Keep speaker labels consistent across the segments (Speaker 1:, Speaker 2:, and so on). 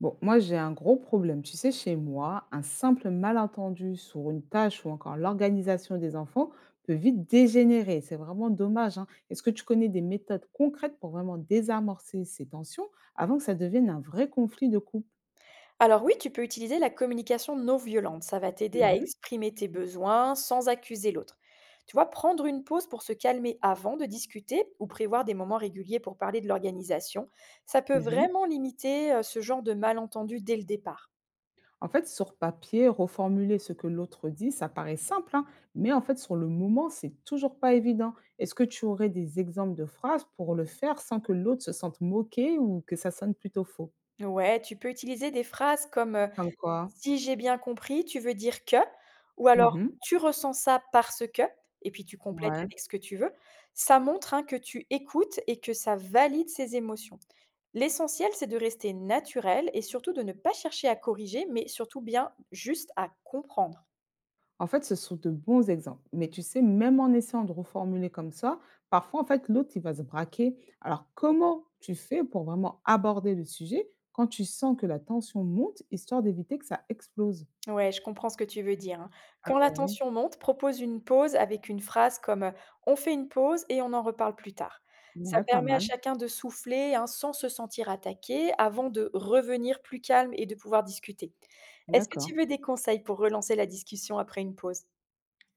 Speaker 1: Bon, moi j'ai un gros problème. Tu sais, chez moi, un simple malentendu sur une tâche ou encore l'organisation des enfants peut vite dégénérer. C'est vraiment dommage, hein. Est-ce que tu connais des méthodes concrètes pour vraiment désamorcer ces tensions avant que ça devienne un vrai conflit de couple?
Speaker 2: Alors oui, tu peux utiliser la communication non violente. Ça va t'aider à, ouais,
Speaker 1: Mhm.
Speaker 2: exprimer tes besoins sans accuser l'autre. Tu vois, prendre une pause pour se calmer avant de discuter ou prévoir des moments réguliers pour parler de l'organisation, ça peut, ok,
Speaker 1: Mhm.
Speaker 2: vraiment limiter ce genre de malentendu dès le départ.
Speaker 1: En fait, sur papier, reformuler ce que l'autre dit, ça paraît simple, hein, mais en fait, sur le moment, c'est toujours pas évident. Est-ce que tu aurais des exemples de phrases pour le faire sans que l'autre se sente moqué ou que ça sonne plutôt faux?
Speaker 2: Ouais, tu peux utiliser des phrases comme
Speaker 1: Comme quoi?
Speaker 2: si j'ai bien compris, tu veux dire que, ou alors
Speaker 1: Mmh.
Speaker 2: tu ressens ça parce que, et puis tu complètes
Speaker 1: Ouais.
Speaker 2: avec ce que tu veux. Ça montre, hein, que tu écoutes et que ça valide ses émotions. L'essentiel, c'est de rester naturel et surtout de ne pas chercher à corriger, mais surtout bien juste à comprendre.
Speaker 1: En fait, ce sont de bons exemples. Mais tu sais, même en essayant de reformuler comme ça, parfois, en fait, l'autre, il va se braquer. Alors, comment tu fais pour vraiment aborder le sujet quand tu sens que la tension monte, histoire d'éviter que ça explose?
Speaker 2: Ouais, je comprends ce que tu veux dire, hein.
Speaker 1: Ah
Speaker 2: Quand la
Speaker 1: bah oui.
Speaker 2: tension monte, propose une pause avec une phrase comme, «On fait une pause et on en reparle plus tard». Ça
Speaker 1: Ouais, pas
Speaker 2: permet à
Speaker 1: mal.
Speaker 2: chacun de souffler, hein, sans se sentir attaqué, avant de revenir plus calme et de pouvoir discuter. Est-ce que
Speaker 1: D'accord.
Speaker 2: tu veux des conseils pour relancer la discussion après une pause?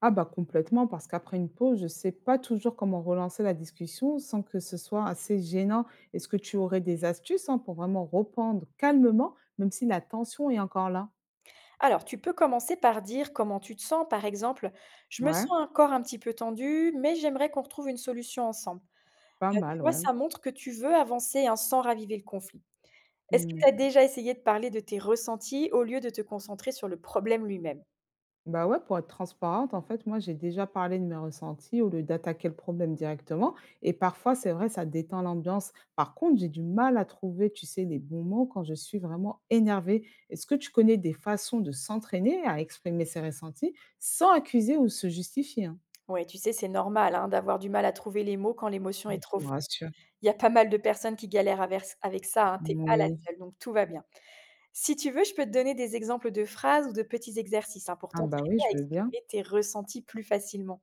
Speaker 1: Ah bah complètement, parce qu'après une pause, je ne sais pas toujours comment relancer la discussion sans que ce soit assez gênant. Est-ce que tu aurais des astuces, hein, pour vraiment reprendre calmement, même si la tension est encore là?
Speaker 2: Alors, tu peux commencer par dire comment tu te sens, par exemple, je me
Speaker 1: Ouais,
Speaker 2: sens encore un petit peu tendu, mais j'aimerais qu'on retrouve une solution ensemble.
Speaker 1: pas
Speaker 2: Là, tu
Speaker 1: mal,
Speaker 2: vois,
Speaker 1: ouais.
Speaker 2: ça montre que tu veux avancer, hein, sans raviver le conflit. Est-ce que
Speaker 1: Mmh.
Speaker 2: tu as déjà essayé de parler de tes ressentis au lieu de te concentrer sur le problème lui-même?
Speaker 1: Bah, ouais, pour être transparente, en fait, moi, j'ai déjà parlé de mes ressentis au lieu d'attaquer le problème directement. Et parfois, c'est vrai, ça détend l'ambiance. Par contre, j'ai du mal à trouver, tu sais, les bons mots quand je suis vraiment énervée. Est-ce que tu connais des façons de s'entraîner à exprimer ses ressentis sans accuser ou se justifier, hein?
Speaker 2: Oui, tu sais, c'est normal, hein, d'avoir du mal à trouver les mots quand l'émotion est
Speaker 1: Moi,
Speaker 2: trop
Speaker 1: tu me
Speaker 2: forte.
Speaker 1: rassures.
Speaker 2: Il y a pas mal de personnes qui galèrent avec ça, hein, t'es pas la
Speaker 1: Oui.
Speaker 2: seule, donc tout va bien. Si tu veux, je peux te donner des exemples de phrases ou de petits exercices, hein, pour
Speaker 1: Ah bah
Speaker 2: t'entraîner
Speaker 1: oui,
Speaker 2: à
Speaker 1: je veux bien.
Speaker 2: exprimer tes ressentis plus facilement.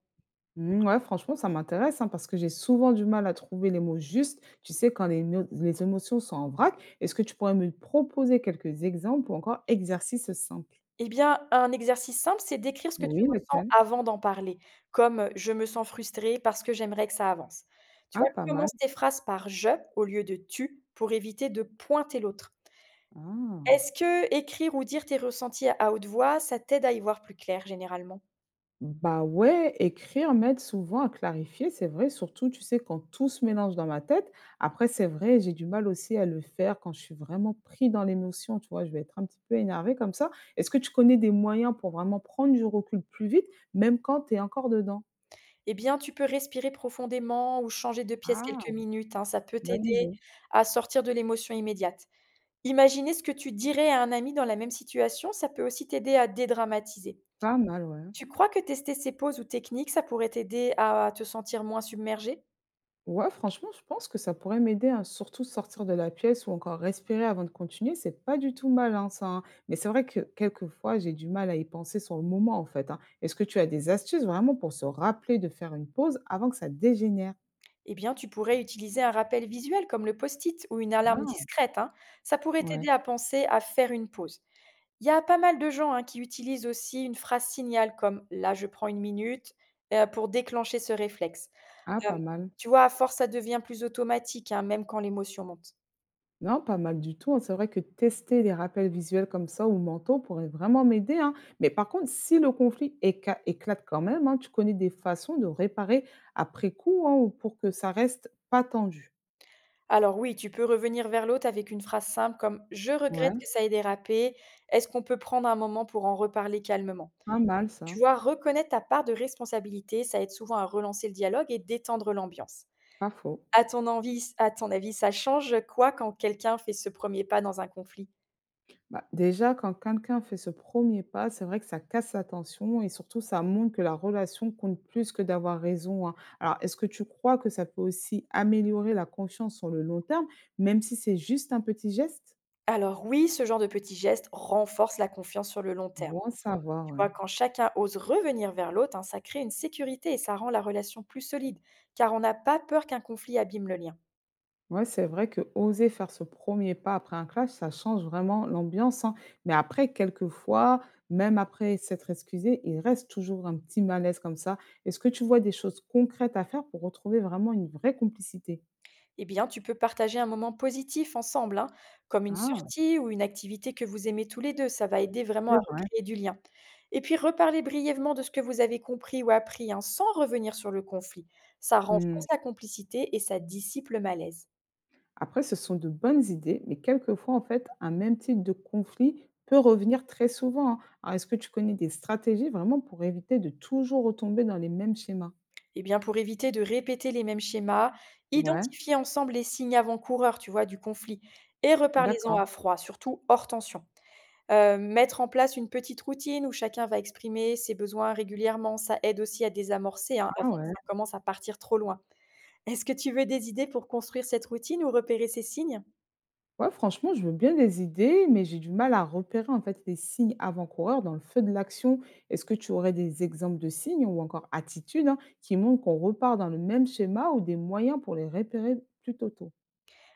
Speaker 1: Mmh, ouais, franchement, ça m'intéresse, hein, parce que j'ai souvent du mal à trouver les mots justes, tu sais, quand les, les émotions sont en vrac. Est-ce que tu pourrais me proposer quelques exemples ou encore exercices simples?
Speaker 2: Eh bien, un exercice simple, c'est d'écrire ce que tu
Speaker 1: Oui,
Speaker 2: ressens
Speaker 1: lequel?
Speaker 2: avant d'en parler, comme, «Je me sens frustré parce que j'aimerais que ça avance». Tu
Speaker 1: Ah,
Speaker 2: vois?
Speaker 1: pas mal.
Speaker 2: Commence tes phrases par «je» au lieu de «tu» pour éviter de pointer l'autre.
Speaker 1: Ah.
Speaker 2: Est-ce que écrire ou dire tes ressentis à haute voix, ça t'aide à y voir plus clair généralement?
Speaker 1: Bah ouais, écrire m'aide souvent à clarifier, c'est vrai, surtout, tu sais, quand tout se mélange dans ma tête. Après, c'est vrai, j'ai du mal aussi à le faire quand je suis vraiment pris dans l'émotion, tu vois, je vais être un petit peu énervée comme ça. Est-ce que tu connais des moyens pour vraiment prendre du recul plus vite, même quand tu es encore dedans?
Speaker 2: Eh bien, tu peux respirer profondément ou changer de pièce quelques
Speaker 1: Ah!
Speaker 2: minutes, hein, ça peut
Speaker 1: Bonne
Speaker 2: t'aider
Speaker 1: idée.
Speaker 2: à sortir de l'émotion immédiate. Imaginer ce que tu dirais à un ami dans la même situation, ça peut aussi t'aider à dédramatiser.
Speaker 1: Pas mal, ouais.
Speaker 2: Tu crois que tester ces pauses ou techniques, ça pourrait t'aider à te sentir moins submergé?
Speaker 1: Ouais, franchement, je pense que ça pourrait m'aider à surtout sortir de la pièce ou encore respirer avant de continuer. C'est pas du tout malin, ça, hein. Mais c'est vrai que quelquefois, j'ai du mal à y penser sur le moment, en fait, hein. Est-ce que tu as des astuces vraiment pour se rappeler de faire une pause avant que ça dégénère?
Speaker 2: Eh bien, tu pourrais utiliser un rappel visuel comme le post-it ou une alarme
Speaker 1: Ah!
Speaker 2: discrète, hein. Ça pourrait
Speaker 1: Ouais.
Speaker 2: t'aider à penser à faire une pause. Il y a pas mal de gens, hein, qui utilisent aussi une phrase signal comme là, je prends une minute pour déclencher ce réflexe.
Speaker 1: Ah,
Speaker 2: Hem,
Speaker 1: pas mal.
Speaker 2: tu vois, à force, ça devient plus automatique, hein, même quand l'émotion monte.
Speaker 1: Non, pas mal du tout, hein. C'est vrai que tester des rappels visuels comme ça ou mentaux pourrait vraiment m'aider, hein. Mais par contre, si le conflit éclate quand même, hein, tu connais des façons de réparer après coup, hein, ou pour que ça reste pas tendu.
Speaker 2: Alors oui, tu peux revenir vers l'autre avec une phrase simple comme: «Je regrette
Speaker 1: Ouais,
Speaker 2: que ça ait dérapé. Est-ce qu'on peut prendre un moment pour en reparler calmement?»
Speaker 1: pas mal ça,
Speaker 2: Tu vois, reconnaître ta part de responsabilité, ça aide souvent à relancer le dialogue et détendre l'ambiance.
Speaker 1: pas faux.
Speaker 2: À ton avis, ça change quoi quand quelqu'un fait ce premier pas dans un conflit?
Speaker 1: Bah, déjà, quand quelqu'un fait ce premier pas, c'est vrai que ça casse la tension et surtout ça montre que la relation compte plus que d'avoir raison, hein. Alors, est-ce que tu crois que ça peut aussi améliorer la confiance sur le long terme, même si c'est juste un petit geste?
Speaker 2: Alors oui, ce genre de petits gestes renforce la confiance sur le long terme.
Speaker 1: Bon à savoir,
Speaker 2: Tu vois,
Speaker 1: ouais.
Speaker 2: quand chacun ose revenir vers l'autre, hein, ça crée une sécurité et ça rend la relation plus solide, car on n'a pas peur qu'un conflit abîme le lien.
Speaker 1: Ouais, c'est vrai que oser faire ce premier pas après un clash, ça change vraiment l'ambiance, hein. Mais après, quelquefois, même après s'être excusé, il reste toujours un petit malaise comme ça. Est-ce que tu vois des choses concrètes à faire pour retrouver vraiment une vraie complicité?
Speaker 2: Eh bien, tu peux partager un moment positif ensemble, hein, comme une
Speaker 1: Ah,
Speaker 2: sortie ou une activité que vous aimez tous les deux. Ça va aider vraiment à
Speaker 1: c'est vrai.
Speaker 2: recréer du lien. Et puis, reparler brièvement de ce que vous avez compris ou appris, hein, sans revenir sur le conflit. Ça renforce
Speaker 1: Mmh.
Speaker 2: la complicité et ça dissipe le malaise.
Speaker 1: Après, ce sont de bonnes idées, mais quelquefois, en fait, un même type de conflit peut revenir très souvent, hein. Alors, est-ce que tu connais des stratégies vraiment pour éviter de toujours retomber dans les mêmes schémas?
Speaker 2: Eh bien, pour éviter de répéter les mêmes schémas,
Speaker 1: Ouais,
Speaker 2: identifiez ensemble les signes avant-coureurs, tu vois, du conflit. Et reparlez-en
Speaker 1: d'accord.
Speaker 2: à froid, surtout hors tension. Mettre en place une petite routine où chacun va exprimer ses besoins régulièrement, ça aide aussi à désamorcer, hein, avant
Speaker 1: Ah
Speaker 2: que
Speaker 1: ouais.
Speaker 2: ça commence à partir trop loin. Est-ce que tu veux des idées pour construire cette routine ou repérer ces signes?
Speaker 1: Ouais, franchement, je veux bien des idées, mais j'ai du mal à repérer en fait les signes avant-coureurs dans le feu de l'action. Est-ce que tu aurais des exemples de signes ou encore attitudes, hein, qui montrent qu'on repart dans le même schéma ou des moyens pour les repérer plus tôt?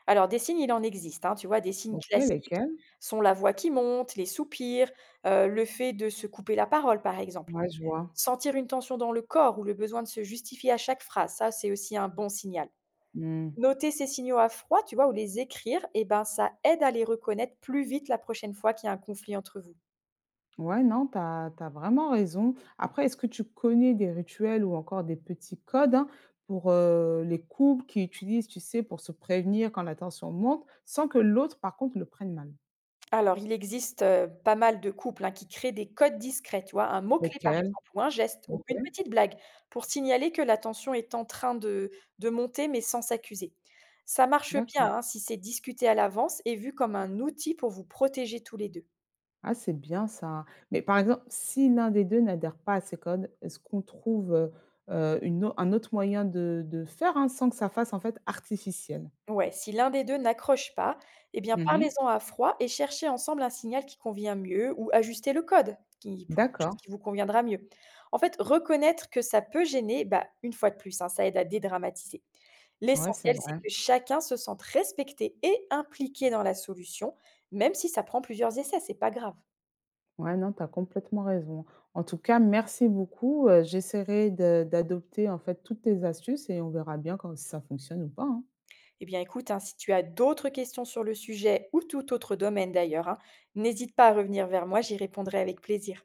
Speaker 2: Alors des signes, il en existe, hein, tu vois? Des signes
Speaker 1: Ok,
Speaker 2: classiques
Speaker 1: lesquels?
Speaker 2: sont la voix qui monte, les soupirs, le fait de se couper la parole, par exemple.
Speaker 1: Ouais, je vois.
Speaker 2: Sentir une tension dans le corps ou le besoin de se justifier à chaque phrase, ça, c'est aussi un bon signal.
Speaker 1: Hmm.
Speaker 2: Noter ces signaux à froid, tu vois, ou les écrire, eh ben, ça aide à les reconnaître plus vite la prochaine fois qu'il y a un conflit entre vous.
Speaker 1: Ouais, non, tu as vraiment raison. Après, est-ce que tu connais des rituels ou encore des petits codes, hein, pour les couples qui utilisent, tu sais, pour se prévenir quand la tension monte, sans que l'autre, par contre, le prenne mal?
Speaker 2: Alors, il existe pas mal de couples, hein, qui créent des codes discrets, tu vois, un mot-clé par
Speaker 1: Lesquels?
Speaker 2: exemple, ou un geste, ou
Speaker 1: Ok,
Speaker 2: une petite blague, pour signaler que la tension est en train de monter, mais sans s'accuser. Ça marche bien,
Speaker 1: d'accord.
Speaker 2: hein, si c'est discuté à l'avance et vu comme un outil pour vous protéger tous les deux.
Speaker 1: Ah, c'est bien ça. Mais par exemple, si l'un des 2 n'adhère pas à ces codes, est-ce qu'on trouve, une au un autre moyen de faire, hein, sans que ça fasse, en fait, artificiel?
Speaker 2: Ouais, si l'un des 2 n'accroche pas, eh bien
Speaker 1: Mmh.
Speaker 2: parlez-en à froid et cherchez ensemble un signal qui convient mieux ou ajustez le code qui pour quelque chose
Speaker 1: D'accord,
Speaker 2: qui vous conviendra mieux. En fait, reconnaître que ça peut gêner, bah, une fois de plus, hein, ça aide à dédramatiser.
Speaker 1: ouais, c'est
Speaker 2: L'essentiel, c'est
Speaker 1: vrai.
Speaker 2: que chacun se sente respecté et impliqué dans la solution, même si ça prend plusieurs essais, c'est pas grave.
Speaker 1: Ouais, non, tu as complètement raison. En tout cas, merci beaucoup, j'essaierai de d'adopter, en fait, toutes tes astuces et on verra bien quand si ça fonctionne ou pas, hein.
Speaker 2: Eh bien écoute, hein, si tu as d'autres questions sur le sujet ou tout autre domaine d'ailleurs, hein, n'hésite pas à revenir vers moi, j'y répondrai avec plaisir.